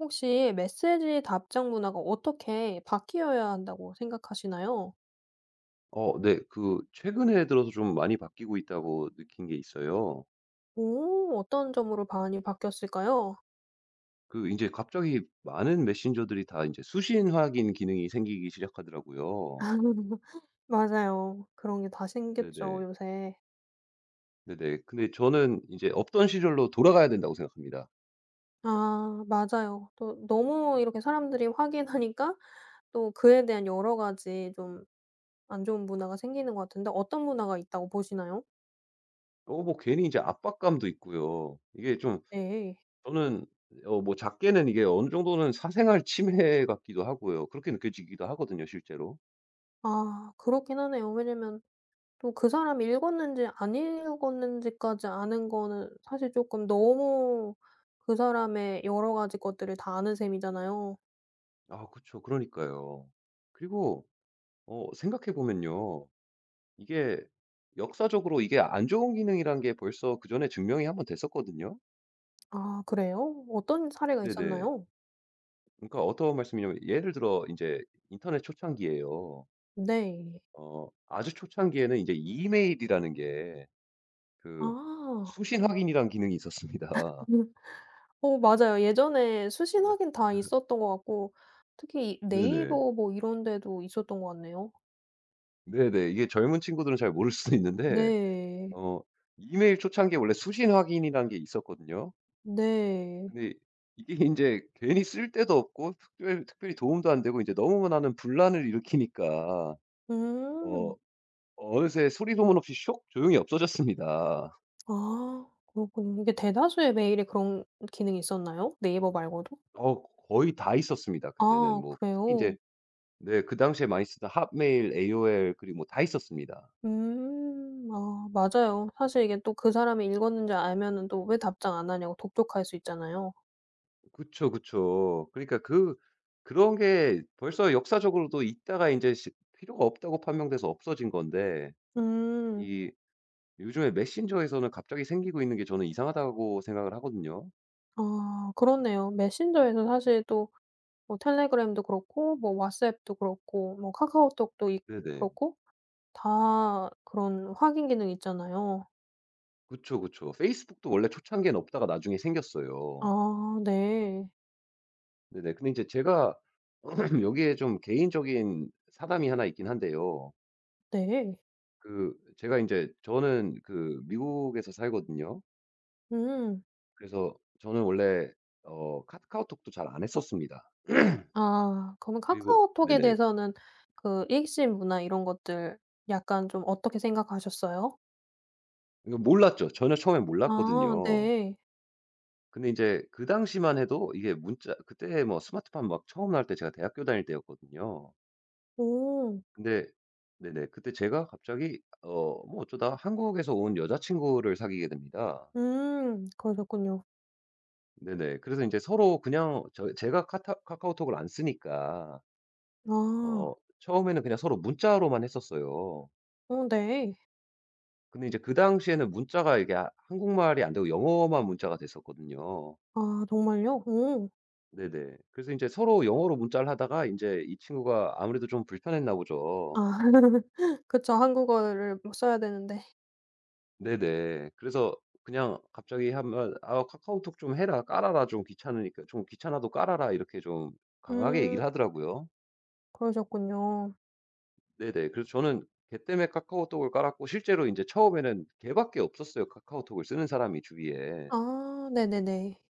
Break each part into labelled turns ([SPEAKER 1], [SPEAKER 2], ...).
[SPEAKER 1] 혹시 메시지 답장 문화가 어떻게 바뀌어야 한다고 생각하시나요?
[SPEAKER 2] 네. 그 최근에 들어서 좀 많이 바뀌고 있다고 느낀 게 있어요.
[SPEAKER 1] 오, 어떤 점으로 많이 바뀌었을까요?
[SPEAKER 2] 그 이제 갑자기 많은 메신저들이 다 이제 수신 확인 기능이 생기기 시작하더라고요.
[SPEAKER 1] 맞아요. 그런 게 다 생겼죠,
[SPEAKER 2] 네네.
[SPEAKER 1] 요새.
[SPEAKER 2] 네네. 근데 저는 이제 없던 시절로 돌아가야 된다고 생각합니다.
[SPEAKER 1] 아, 맞아요. 또 너무 이렇게 사람들이 확인하니까 또 그에 대한 여러 가지 좀 안 좋은 문화가 생기는 것 같은데 어떤 문화가 있다고 보시나요?
[SPEAKER 2] 뭐 괜히 이제 압박감도 있고요. 이게 좀
[SPEAKER 1] 네.
[SPEAKER 2] 저는 뭐 작게는 이게 어느 정도는 사생활 침해 같기도 하고요. 그렇게 느껴지기도 하거든요, 실제로.
[SPEAKER 1] 아, 그렇긴 하네요. 왜냐면 또 그 사람이 읽었는지 안 읽었는지까지 아는 거는 사실 쪼끔 너무 그 사람의 여러 가지 것들을 다 아는 셈이잖아요.
[SPEAKER 2] 아 그쵸. 그러니까요. 그리고 생각해 보면요. 이게 역사적으로 이게 안 좋은 기능이란 게 벌써 그전에 증명이 한번 됐었거든요.
[SPEAKER 1] 아 그래요? 어떤 사례가
[SPEAKER 2] 네네.
[SPEAKER 1] 있었나요?
[SPEAKER 2] 그러니까 어떤 말씀이냐면 예를 들어 이제 인터넷 초창기에요.
[SPEAKER 1] 네.
[SPEAKER 2] 아주 초창기에는 이제 이메일이라는 게 그
[SPEAKER 1] 아.
[SPEAKER 2] 수신 확인이란 기능이 있었습니다.
[SPEAKER 1] 어 맞아요. 예전에 수신하긴 다 있었던 것 같고 특히 이
[SPEAKER 2] 네네.
[SPEAKER 1] 네이버 뭐 이런 데도 있었던 것 같네요.
[SPEAKER 2] 네네. 이게 젊은 친구들은 잘 모를 수도 있는데
[SPEAKER 1] 네.
[SPEAKER 2] 어 이메일 초창기에 원래 수신 확인이라는 게 있었거든요.
[SPEAKER 1] 네.
[SPEAKER 2] 근데 이게 인제 괜히 쓸 데도 없고 특별히 도움도 안 되고 인제 너무 많은 분란을 일으키니까 어
[SPEAKER 1] 음.
[SPEAKER 2] 어느새 소리 소문 없이 쇽 조용히 없어졌습니다.
[SPEAKER 1] 아 그렇군요. 이게 대다수의 메일에 그런 기능이 있었나요? 네이버 말고도?
[SPEAKER 2] 어 거의 다 있었습니다 그때는.
[SPEAKER 1] 아
[SPEAKER 2] 뭐 특히
[SPEAKER 1] 그래요?
[SPEAKER 2] 인제 네 그 당시에 많이 쓰던 핫메일, a o l 그리고 뭐 다 있었습니다.
[SPEAKER 1] 음. 아 맞아요. 사실 이게 또 그 사람이 읽었는지 알면은 또 왜 답장 안 하냐고 독촉할 수 있잖아요.
[SPEAKER 2] 그쵸, 그쵸. 그런 게 벌써 역사적으로도 있다가 인제 시 필요가 없다고 판명돼서 없어진 건데
[SPEAKER 1] 음.
[SPEAKER 2] 이 요즘에 메신저에서는 갑자기 생기고 있는 게 저는 이상하다고 생각을 하거든요.
[SPEAKER 1] 아 그렇네요. 메신저에서 사실 또 뭐 텔레그램도 그렇고 뭐 왓츠앱도 그렇고 뭐 카카오톡도 있고
[SPEAKER 2] 네네.
[SPEAKER 1] 그렇고 다 그런 확인 기능이 있잖아요.
[SPEAKER 2] 그쵸, 그쵸. 페이스북도 원래 초창기에는 없다가 나중에 생겼어요.
[SPEAKER 1] 아 네.
[SPEAKER 2] 네네. 근데 이제 제가 여기에 좀 개인적인 사담이 하나 있긴 한데요.
[SPEAKER 1] 네.
[SPEAKER 2] 제가 이제 저는 그 미국에서 살거든요.
[SPEAKER 1] 음.
[SPEAKER 2] 그래서 저는 원래 어 카 카카오톡도 잘 안 했었습니다.
[SPEAKER 1] 아 그러면
[SPEAKER 2] 그리고
[SPEAKER 1] 카카오톡에
[SPEAKER 2] 네네.
[SPEAKER 1] 대해서는 그일신 문화 이런 것들 약간 좀 어떻게 생각하셨어요?
[SPEAKER 2] 이거 몰랐죠. 전혀 처에
[SPEAKER 1] 아
[SPEAKER 2] 몰랐거든요.
[SPEAKER 1] 네.
[SPEAKER 2] 근데 이제 그 당시만 해도 이게 문자 그때 뭐 스마트폰 막 처음 나올 때 제가 대학교 다닐 때였거든요.
[SPEAKER 1] 오.
[SPEAKER 2] 근데 네네. 그때 제가 갑자기 어쩌다 한국에서 온 여자친구를 사귀게 됩니다.
[SPEAKER 1] 그러셨군요.
[SPEAKER 2] 네네. 그래서 이제 서로 그냥 저 제가 카타 카카오톡을 안 쓰니까 어
[SPEAKER 1] 아.
[SPEAKER 2] 처음에는 그냥 서로 문자로만 했었어요.
[SPEAKER 1] 어 네.
[SPEAKER 2] 근데 이제 그 당시에는 문자가 이게 아 한국말이 안 되고 영어만 문자가 됐었거든요.
[SPEAKER 1] 아 정말요? 오.
[SPEAKER 2] 네네. 그래서 이제 서로 영어로 문자를 하다가 이제 이 친구가 아무래도 좀 불편했나 보죠.
[SPEAKER 1] 아 그쵸. 한국어를 막 써야 되는데.
[SPEAKER 2] 네네. 그래서 그냥 갑자기 하면 "아 카카오톡 좀 해라. 깔아라. 좀 귀찮으니까 좀 귀찮아도 깔아라." 이렇게 좀 강하게
[SPEAKER 1] 음
[SPEAKER 2] 얘기를 하더라고요.
[SPEAKER 1] 그러셨군요.
[SPEAKER 2] 네네. 그래서 저는 걔 때문에 카카오톡을 깔았고 실제로 이제 처음에는 걔밖에 없었어요, 카카오톡을 쓰는 사람이 주위에.
[SPEAKER 1] 아 네네네.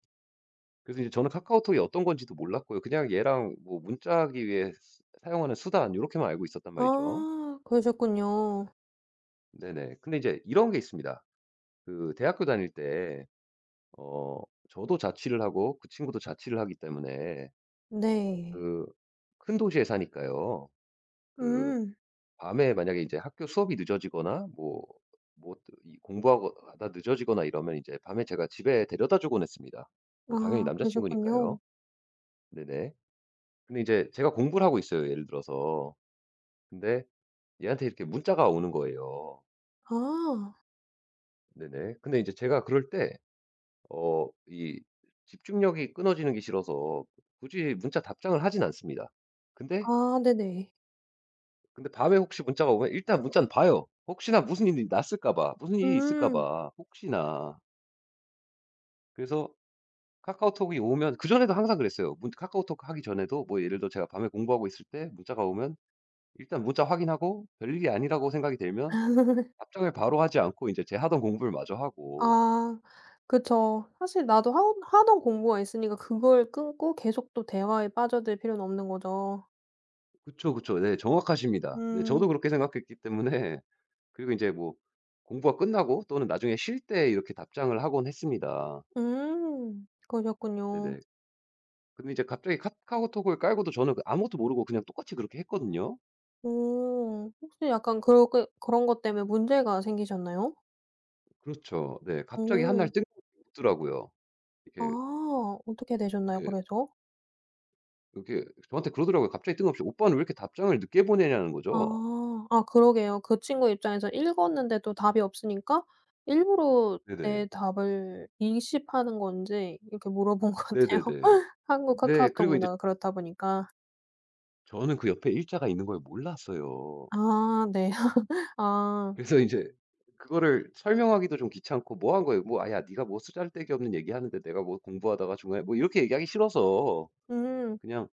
[SPEAKER 2] 그래서 이제 저는 카카오톡이 어떤 건지도 몰랐고요. 그냥 얘랑 뭐 문자하기 위해 쓰 사용하는 수단 이렇게만 알고 있었단 말이죠.
[SPEAKER 1] 아 그러셨군요.
[SPEAKER 2] 네네. 근데 이제 이런 게 있습니다. 그 대학교 다닐 때 어 저도 자취를 하고 그 친구도 자취를 하기 때문에
[SPEAKER 1] 네.
[SPEAKER 2] 그 큰 도시에 사니까요. 그
[SPEAKER 1] 음.
[SPEAKER 2] 밤에 만약에 이제 학교 수업이 늦어지거나 뭐 이 공부하고 하다 늦어지거나 이러면 이제 밤에 제가 집에 데려다 주곤 했습니다. 뭐 당연히
[SPEAKER 1] 아
[SPEAKER 2] 남자
[SPEAKER 1] 그러셨군요.
[SPEAKER 2] 친구니까요. 네네. 근데 이제 제가 공부를 하고 있어요, 예를 들어서. 근데 얘한테 이렇게 문자가 오는 거예요.
[SPEAKER 1] 아.
[SPEAKER 2] 네네. 근데 이제 제가 그럴 때 어 이 집중력이 끊어지는 게 싫어서 굳이 문자 답장을 하진 않습니다. 근데
[SPEAKER 1] 아 네네.
[SPEAKER 2] 근데 밤에 혹시 문자가 오면 일단 문자는 봐요. 혹시나 무슨 일이 났을까 봐. 무슨 일이 있을까
[SPEAKER 1] 음.
[SPEAKER 2] 봐. 혹시나. 그래서 카카오톡이 오면 그전에도 항상 그랬어요. 문 카카오톡 하기 전에도 뭐 예를 들어 제가 밤에 공부하고 있을 때 문자가 오면 일단 문자 확인하고 별일이 아니라고 생각이 들면 답장을 바로 하지 않고 이제 제 하던 공부를 마저 하고.
[SPEAKER 1] 아 그쵸. 사실 나도 하 하던 공부가 있으니까 그걸 끊고 계속 또 대화에 빠져들 필요는 없는 거죠.
[SPEAKER 2] 그쵸, 그쵸. 네. 정확하십니다. 네.
[SPEAKER 1] 음.
[SPEAKER 2] 저도 그렇게 생각했기 때문에 그리고 이제 뭐 공부가 끝나고 또는 나중에 쉴 때 이렇게 답장을 하곤 했습니다.
[SPEAKER 1] 음. 그러셨군요.
[SPEAKER 2] 네네. 근데 이제 갑자기 카카오톡을 깔고도 저는 그 아무것도 모르고 그냥 똑같이 그렇게 했거든요.
[SPEAKER 1] 오. 혹시 약간 그렇게 그런 것 때문에 문제가 생기셨나요?
[SPEAKER 2] 그렇죠. 네. 갑자기 한 날
[SPEAKER 1] 오.
[SPEAKER 2] 뜬금없이 묻더라고요.
[SPEAKER 1] 아
[SPEAKER 2] 이렇게
[SPEAKER 1] 어떻게 되셨나요
[SPEAKER 2] 예
[SPEAKER 1] 그래서?
[SPEAKER 2] 이렇게 저한테 그러더라고요. 갑자기 뜬금없이 "오빠는 왜 이렇게 답장을 늦게 보내냐."는 거죠.
[SPEAKER 1] 아. 아 그러게요. 그 친구 입장에서 읽었는데도 답이 없으니까 일부러 내
[SPEAKER 2] 네네.
[SPEAKER 1] 답을 인식하는 건지 이렇게 물어본 것 같아요.
[SPEAKER 2] 네네네.
[SPEAKER 1] 한국
[SPEAKER 2] 네.
[SPEAKER 1] 카카오톡
[SPEAKER 2] 그리고 인제
[SPEAKER 1] 문화가 그렇다 보니까.
[SPEAKER 2] 저는 그 옆에 일자가 있는 걸 몰랐어요.
[SPEAKER 1] 아 네. 아.
[SPEAKER 2] 그래서 인제 그거를 설명하기도 좀 귀찮고 뭐 한 거예요. 뭐 "아 야 네가 뭐 쓰잘데기 없는 얘기하는데 내가 뭐 공부하다가 중간에" 뭐 이렇게 얘기하기 싫어서
[SPEAKER 1] 음.
[SPEAKER 2] 그냥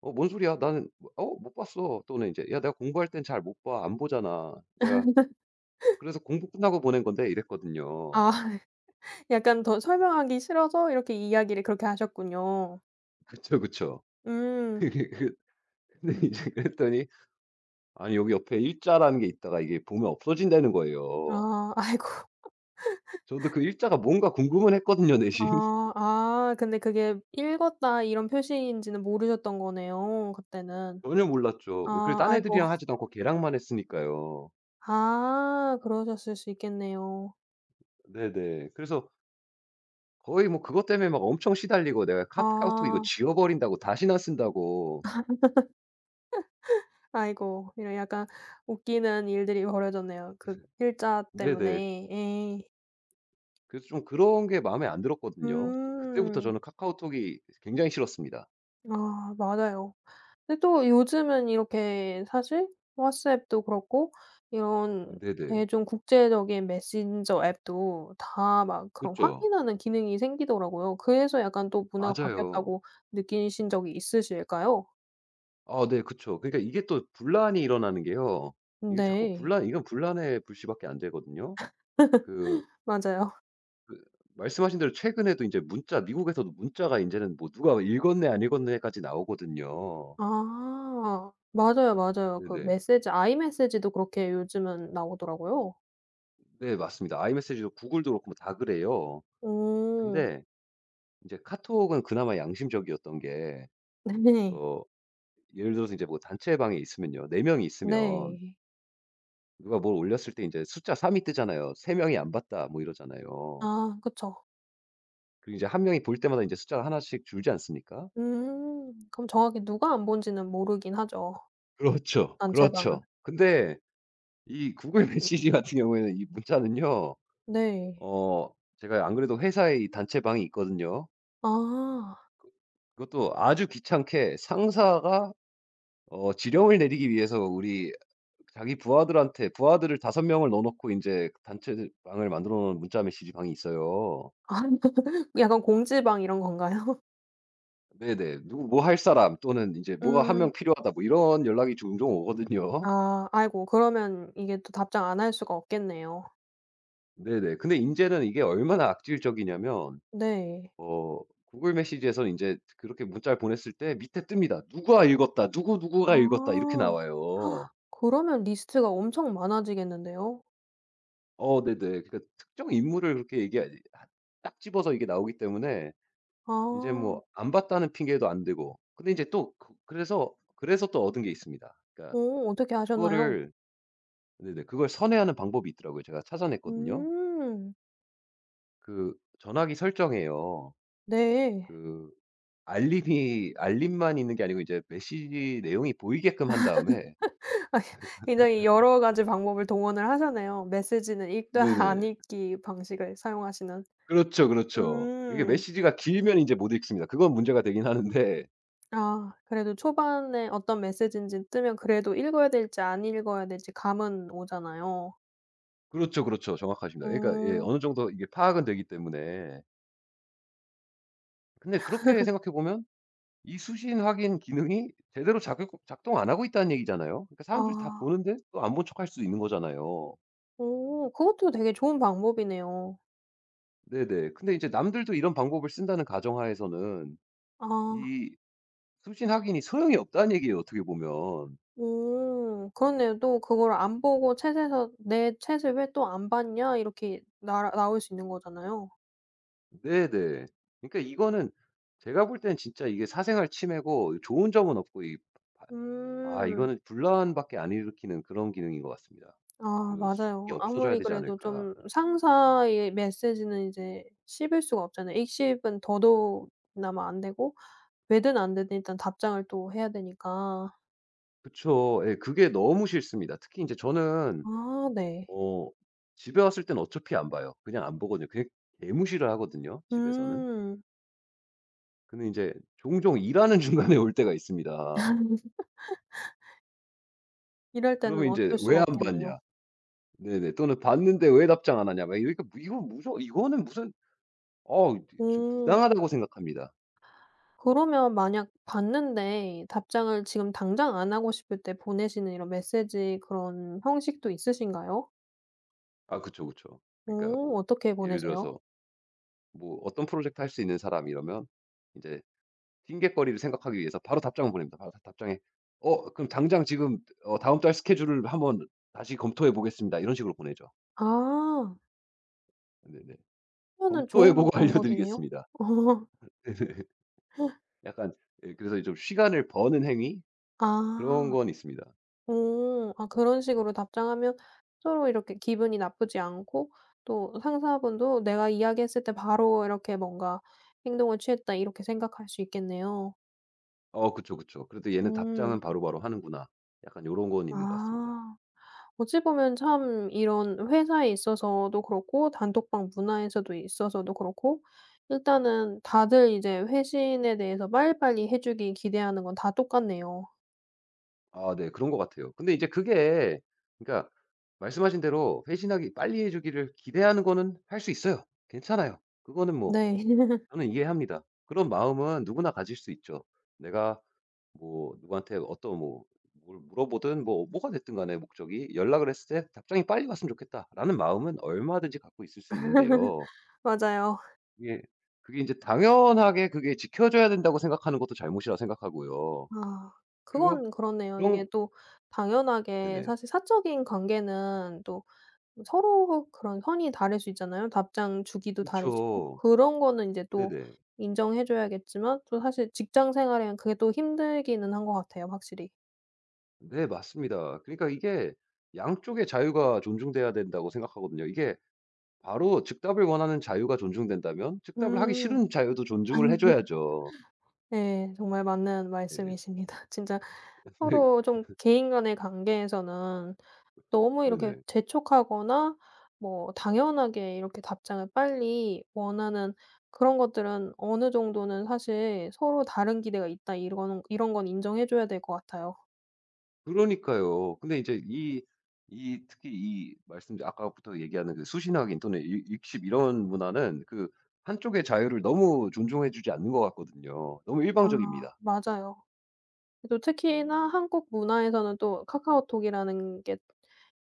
[SPEAKER 2] "어 뭔 소리야. 나는 뭐, 어못 봤어." 또는 이제 "야 내가 공부할 땐 잘 못 봐. 안 보잖아. 내가 그래서 공부 끝나고 보낸 건데." 이랬거든요.
[SPEAKER 1] 아 약간 더 설명하기 싫어서 이렇게 이야기를 그렇게 하셨군요.
[SPEAKER 2] 그쵸, 그쵸.
[SPEAKER 1] 음.
[SPEAKER 2] 근데 이제 그랬더니 아니 여기 옆에 일자라는 게 있다가 이게 보면 없어진다는 거예요.
[SPEAKER 1] 아 아이고.
[SPEAKER 2] 저도 그 일자가 뭔가 궁금은 했거든요 내심.
[SPEAKER 1] 아 아 근데 그게 "읽었다." 이런 표시인지는 모르셨던 거네요 그때는.
[SPEAKER 2] 전혀 몰랐죠. 그리고
[SPEAKER 1] 아
[SPEAKER 2] 딴
[SPEAKER 1] 아이고.
[SPEAKER 2] 애들이랑 하지도 않고 걔랑만 했으니까요.
[SPEAKER 1] 아 그러셨을 수 있겠네요.
[SPEAKER 2] 네네. 그래서 거의 뭐 그것 때문에 막 엄청 시달리고 내가 카카오톡 이거
[SPEAKER 1] 아
[SPEAKER 2] 지워 버린다고 다시는 안 쓴다고
[SPEAKER 1] 아이고 이런 약간 웃기는 일들이 벌어졌네요. 그 일자
[SPEAKER 2] 네네.
[SPEAKER 1] 때문에. 예.
[SPEAKER 2] 그래서 좀 그런 게 마음에 안 들었거든요. 그때부터
[SPEAKER 1] 음.
[SPEAKER 2] 저는 카카오톡이 굉장히 싫었습니다.
[SPEAKER 1] 아 맞아요. 근데 또 요즘은 이렇게 사실 왓츠앱도 그렇고 이런 되게
[SPEAKER 2] 네네.
[SPEAKER 1] 좀 국제적인 메신저 앱도 다 막 그런
[SPEAKER 2] 그쵸.
[SPEAKER 1] 확인하는 기능이 생기더라고요. 그래서 약간 또 문화가
[SPEAKER 2] 맞아요.
[SPEAKER 1] 바뀌었다고 느끼신 적이 있으실까요?
[SPEAKER 2] 아 네 그쵸. 그러니까 이게 또 분란이 일어나는 게요. 이게 자꾸
[SPEAKER 1] 네.
[SPEAKER 2] 분란 이건 분란의 불씨밖에 안 되거든요. 그
[SPEAKER 1] 맞아요.
[SPEAKER 2] 말씀하신 대로 최근에도 이제 문자 미국에서도 문자가 이제는 뭐 누가 읽었네 안 읽었네까지 나오거든요.
[SPEAKER 1] 아. 맞아요, 맞아요. 그
[SPEAKER 2] 네네.
[SPEAKER 1] 메시지 아이 메시지도 그렇게 요즘은 나오더라고요.
[SPEAKER 2] 네 맞습니다. 아이메시지도 구글도 그렇고 뭐다 그래요.
[SPEAKER 1] 오
[SPEAKER 2] 근데 이제 카톡은 그나마 양심적이었던 게
[SPEAKER 1] 네.
[SPEAKER 2] 어 예를 들어서 이제 뭐 단체 방에 있으면요. 4 명이 있으면
[SPEAKER 1] 네.
[SPEAKER 2] 누가 뭘 올렸을 때 이제 숫자 3이 뜨잖아요. "3 명이 안 봤다." 뭐 이러잖아요.
[SPEAKER 1] 아 그쵸.
[SPEAKER 2] 그리고 이제 한 명이 볼 때마다 이제 숫자가 하나씩 줄지 않습니까?
[SPEAKER 1] 음. 그럼 정확히 누가 안 본지는 모르긴 하죠,
[SPEAKER 2] 그렇죠.
[SPEAKER 1] 단체방은.
[SPEAKER 2] 그렇죠. 근데 이 구글 메시지 같은 경우에는 이 문자는요.
[SPEAKER 1] 네.
[SPEAKER 2] 제가 안 그래도 회사에 이 단체 방이 있거든요.
[SPEAKER 1] 아.
[SPEAKER 2] 그 그것도 아주 귀찮게 상사가 지령을 내리기 위해서 우리 자기 부하들한테 부하들을 5 명을 넣어 놓고 인제 단체 방을 만들어 놓은 문자 메시지 방이 있어요.
[SPEAKER 1] 아 약간 공지방 이런 건가요?
[SPEAKER 2] 네네. 누구 뭐 할 사람 또는 이제 "뭐가 한 명
[SPEAKER 1] 음.
[SPEAKER 2] 필요하다." 뭐 이런 연락이 종종 오거든요.
[SPEAKER 1] 아 아이고 그러면 이게 또 답장 안 할 수가 없겠네요.
[SPEAKER 2] 네네. 근데 인제는 이게 얼마나 악질적이냐면
[SPEAKER 1] 네.
[SPEAKER 2] 어 구글 메시지에서는 인제 그렇게 문자를 보냈을 때 밑에 뜹니다. "누가 읽었다. 누구누구가 읽었다." 이렇게
[SPEAKER 1] 아.
[SPEAKER 2] 나와요.
[SPEAKER 1] 그러면 리스트가 엄청 많아지겠는데요.
[SPEAKER 2] 어 네네. 그러니까 특정 인물을 그렇게 얘기하지 하 딱 집어서 이게 나오기 때문에 인제
[SPEAKER 1] 아.
[SPEAKER 2] 뭐 안 봤다는 핑계도 안 되고 근데 인제 또 그래서 또 얻은 게 있습니다. 그러니까
[SPEAKER 1] 어 어떻게 하셨나요?
[SPEAKER 2] 그거를 네네. 그걸 선회하는 방법이 있더라고요. 제가 찾아냈거든요.
[SPEAKER 1] 음.
[SPEAKER 2] 그 전화기 설정에요.
[SPEAKER 1] 네.
[SPEAKER 2] 그 알림이 알림만 있는 게 아니고 이제 메시지 내용이 보이게끔 한 다음에
[SPEAKER 1] 아 굉장히 여러 가지 방법을 동원을 하셨네요. 메시지는 읽다 안
[SPEAKER 2] 네네.
[SPEAKER 1] 읽기 방식을 사용하시는.
[SPEAKER 2] 그렇죠, 그렇죠. 이게
[SPEAKER 1] 음.
[SPEAKER 2] 메시지가 길면 인제 못 읽습니다. 그건 문제가 되긴 하는데
[SPEAKER 1] 아 그래도 초반에 어떤 메시지인지 뜨면 그래도 읽어야 될지 안 읽어야 될지 감은 오잖아요.
[SPEAKER 2] 그렇죠, 그렇죠. 정확하십니다. 그러니까 예
[SPEAKER 1] 오
[SPEAKER 2] 어느 정도 이게 파악은 되기 때문에. 근데 그렇게 생각해 보면 이 수신 확인 기능이 제대로 작용 작동 안 하고 있다는 얘기잖아요. 그러니까 사람들이 다
[SPEAKER 1] 아.
[SPEAKER 2] 보는데 또 안 본 척할 수 있는 거잖아요.
[SPEAKER 1] 오 그것도 되게 좋은 방법이네요.
[SPEAKER 2] 네네. 근데 이제 남들도 이런 방법을 쓴다는 가정하에서는
[SPEAKER 1] 아.
[SPEAKER 2] 이 수신 확인이 소용이 없다는 얘기예요 어떻게 보면.
[SPEAKER 1] 오 그렇네요. 또 그걸 안 보고 챗에서 "내 챗을 왜 또 안 봤냐?" 이렇게 나 나올 수 있는 거잖아요.
[SPEAKER 2] 네네. 그러니까 이거는 제가 볼 때는 진짜 이게 사생활 침해고 좋은 점은 없고 이 아 아
[SPEAKER 1] 음.
[SPEAKER 2] 이거는 분란밖에 안 일으키는 그런 기능인 것 같습니다.
[SPEAKER 1] 아
[SPEAKER 2] 그 속이
[SPEAKER 1] 맞아요.
[SPEAKER 2] 없어져야
[SPEAKER 1] 아무리
[SPEAKER 2] 되지
[SPEAKER 1] 그래도
[SPEAKER 2] 않을까.
[SPEAKER 1] 좀 상사의 메시지는 이제 씹을 수가 없잖아요. 익씹은 더더욱이나마 안 되고 되든 안 되든 일단 답장을 또 해야 되니까.
[SPEAKER 2] 그쵸. 예 그게 너무 싫습니다. 특히 이제 저는
[SPEAKER 1] 아 네.
[SPEAKER 2] 어 집에 왔을 땐 어차피 안 봐요. 그냥 안 보거든요. 그냥 개무시를 하거든요 집에서는.
[SPEAKER 1] 음.
[SPEAKER 2] 근데 이제 종종 일하는 중간에 올 때가 있습니다.
[SPEAKER 1] 이럴
[SPEAKER 2] 그러면
[SPEAKER 1] 때는
[SPEAKER 2] 이제
[SPEAKER 1] 어쩔
[SPEAKER 2] "왜
[SPEAKER 1] 수가
[SPEAKER 2] 안
[SPEAKER 1] 없겠네요.
[SPEAKER 2] 봤냐?" 네네. 또는 "봤는데 왜 답장 안 하냐." 막 이러니까 이건 무서 이거는 무슨 어 저
[SPEAKER 1] 음.
[SPEAKER 2] 부당하다고 생각합니다.
[SPEAKER 1] 그러면 만약 봤는데 답장을 지금 당장 안 하고 싶을 때 보내시는 이런 메시지 그런 형식도 있으신가요?
[SPEAKER 2] 아 그쵸, 그쵸.
[SPEAKER 1] 어
[SPEAKER 2] 그러니까 뭐
[SPEAKER 1] 어떻게
[SPEAKER 2] 예를
[SPEAKER 1] 보내세요?
[SPEAKER 2] 들어서 뭐 어떤 프로젝트 할 수 있는 사람 이러면 인제 핑곗거리를 생각하기 위해서 바로 답장을 보냅니다. 바로 답 답장에 "어 그럼 당장 지금 어 다음 달 스케줄을 한번 다시 검토해 보겠습니다." 이런 식으로 보내죠.
[SPEAKER 1] 아.
[SPEAKER 2] 네네.
[SPEAKER 1] 그러면은
[SPEAKER 2] "검토해
[SPEAKER 1] 좋은
[SPEAKER 2] 보고
[SPEAKER 1] 방법이네요.
[SPEAKER 2] 알려드리겠습니다." 네네.
[SPEAKER 1] 어.
[SPEAKER 2] 약간 예 그래서 좀 시간을 버는 행위? 그런
[SPEAKER 1] 아.
[SPEAKER 2] 건 있습니다.
[SPEAKER 1] 오. 아 그런 식으로 답장하면 서로 이렇게 기분이 나쁘지 않고 또 상사분도 '내가 이야기했을 때 바로 이렇게 뭔가 행동을 취했다.' 이렇게 생각할 수 있겠네요.
[SPEAKER 2] 어 그쵸, 그쵸. 그래도 '얘는 답장은
[SPEAKER 1] 음.
[SPEAKER 2] 바로바로 하는구나.' 약간 요런 건 있는 것 같습니다.
[SPEAKER 1] 아. 어찌 보면 참 이런 회사에 있어서도 그렇고 단톡방 문화에서도 있어서도 그렇고 일단은 다들 이제 회신에 대해서 빨리빨리 해 주길 기대하는 건 다 똑같네요.
[SPEAKER 2] 아 네 그런 것 같아요. 근데 이제 그게 그러니까 말씀하신 대로 회신하기 빨리 해 주기를 기대하는 거는 할 수 있어요. 괜찮아요. 그거는 뭐
[SPEAKER 1] 네.
[SPEAKER 2] 저는 이해합니다. 그런 마음은 누구나 가질 수 있죠. 내가 뭐 누구한테 어떤 뭘 물어보든 뭐가 됐든 간에 목적이 연락을 했을 때 '답장이 빨리 왔으면 좋겠다.'라는 마음은 얼마든지 갖고 있을 수 있는데요.
[SPEAKER 1] 맞아요.
[SPEAKER 2] 이게 그게 인제 당연하게 그게 지켜져야 된다고 생각하는 것도 잘못이라 생각하고요.
[SPEAKER 1] 아.
[SPEAKER 2] 그리고
[SPEAKER 1] 그건 그렇네요.
[SPEAKER 2] 그런
[SPEAKER 1] 이게 또 당연하게
[SPEAKER 2] 네네.
[SPEAKER 1] 사실 사적인 관계는 또 서로 그런 선이 다를 수 있잖아요. 답장 주기도 다르시고.
[SPEAKER 2] 그쵸.
[SPEAKER 1] 그런 거는 이제 또
[SPEAKER 2] 네네.
[SPEAKER 1] 인정해 줘야겠지만 또 사실 직장 생활에는 그게 또 힘들기는 한 것 같아요 확실히.
[SPEAKER 2] 네 맞습니다. 그러니까 이게 양쪽의 자유가 존중돼야 된다고 생각하거든요. 이게 바로 즉답을 원하는 자유가 존중된다면 즉답을 하기
[SPEAKER 1] 음.
[SPEAKER 2] 싫은 자유도 존중을 해 줘야죠.
[SPEAKER 1] 네. 정말 맞는
[SPEAKER 2] 예.
[SPEAKER 1] 말씀이십니다. 진짜
[SPEAKER 2] 네.
[SPEAKER 1] 서로 좀 개인 간의 관계에서는 너무 이렇게
[SPEAKER 2] 네네.
[SPEAKER 1] 재촉하거나 뭐 당연하게 이렇게 답장을 빨리 원하는 그런 것들은 어느 정도는 사실 서로 다른 기대가 있다 이런 건 인정해 줘야 될 것 같아요.
[SPEAKER 2] 그러니까요. 근데 이제 이 특히 이 말씀 아까부터 얘기하는 그 수신학인 또는 읽 읽씹 이런 문화는 그 한쪽의 자유를 너무 존중해 주지 않는 것 같거든요. 너무
[SPEAKER 1] 아
[SPEAKER 2] 일방적입니다.
[SPEAKER 1] 맞아요. 또 특히나 한국 문화에서는 또 카카오톡이라는 게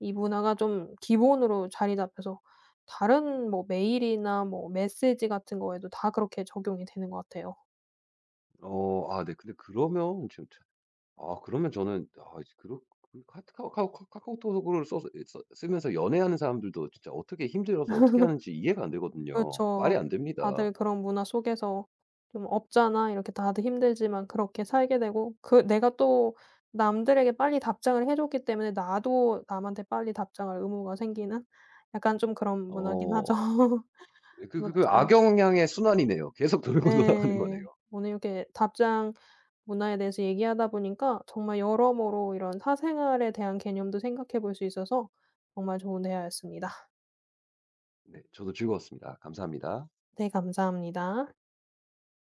[SPEAKER 1] 이 문화가 좀 기본으로 자리 잡혀서 다른 뭐 메일이나 뭐 메시지 같은 거에도 다 그렇게 적용이 되는 것 같아요.
[SPEAKER 2] 네 근데 그러면 지금 자- 아 그러면 저는 아 이제 그렇 그 카 카오 카카 카카오톡으로 써 써 쓰면서 연애하는 사람들도 진짜 어떻게 힘들어서 어떻게 하는지 이해가 안 되거든요. 말이
[SPEAKER 1] 그렇죠.
[SPEAKER 2] 안 됩니다.
[SPEAKER 1] 다들 그런 문화 속에서 좀 없잖아. 이렇게 다들 힘들지만 그렇게 살게 되고 그 내가 또 남들에게 빨리 답장을 해 줬기 때문에 나도 남한테 빨리 답장할 의무가 생기는 약간 좀 그런 문화긴 하죠.
[SPEAKER 2] 어. 예
[SPEAKER 1] 아무튼
[SPEAKER 2] 악영향의 순환이네요. 계속 돌고 돌아가는 거네요.
[SPEAKER 1] 네. 오늘 이렇게 답장 문화에 대해서 얘기하다 보니까 정말 여러모로 이런 사생활에 대한 개념도 생각해 볼 수 있어서 정말 좋은 대화였습니다.
[SPEAKER 2] 네, 저도 즐거웠습니다. 감사합니다.
[SPEAKER 1] 네 감사합니다.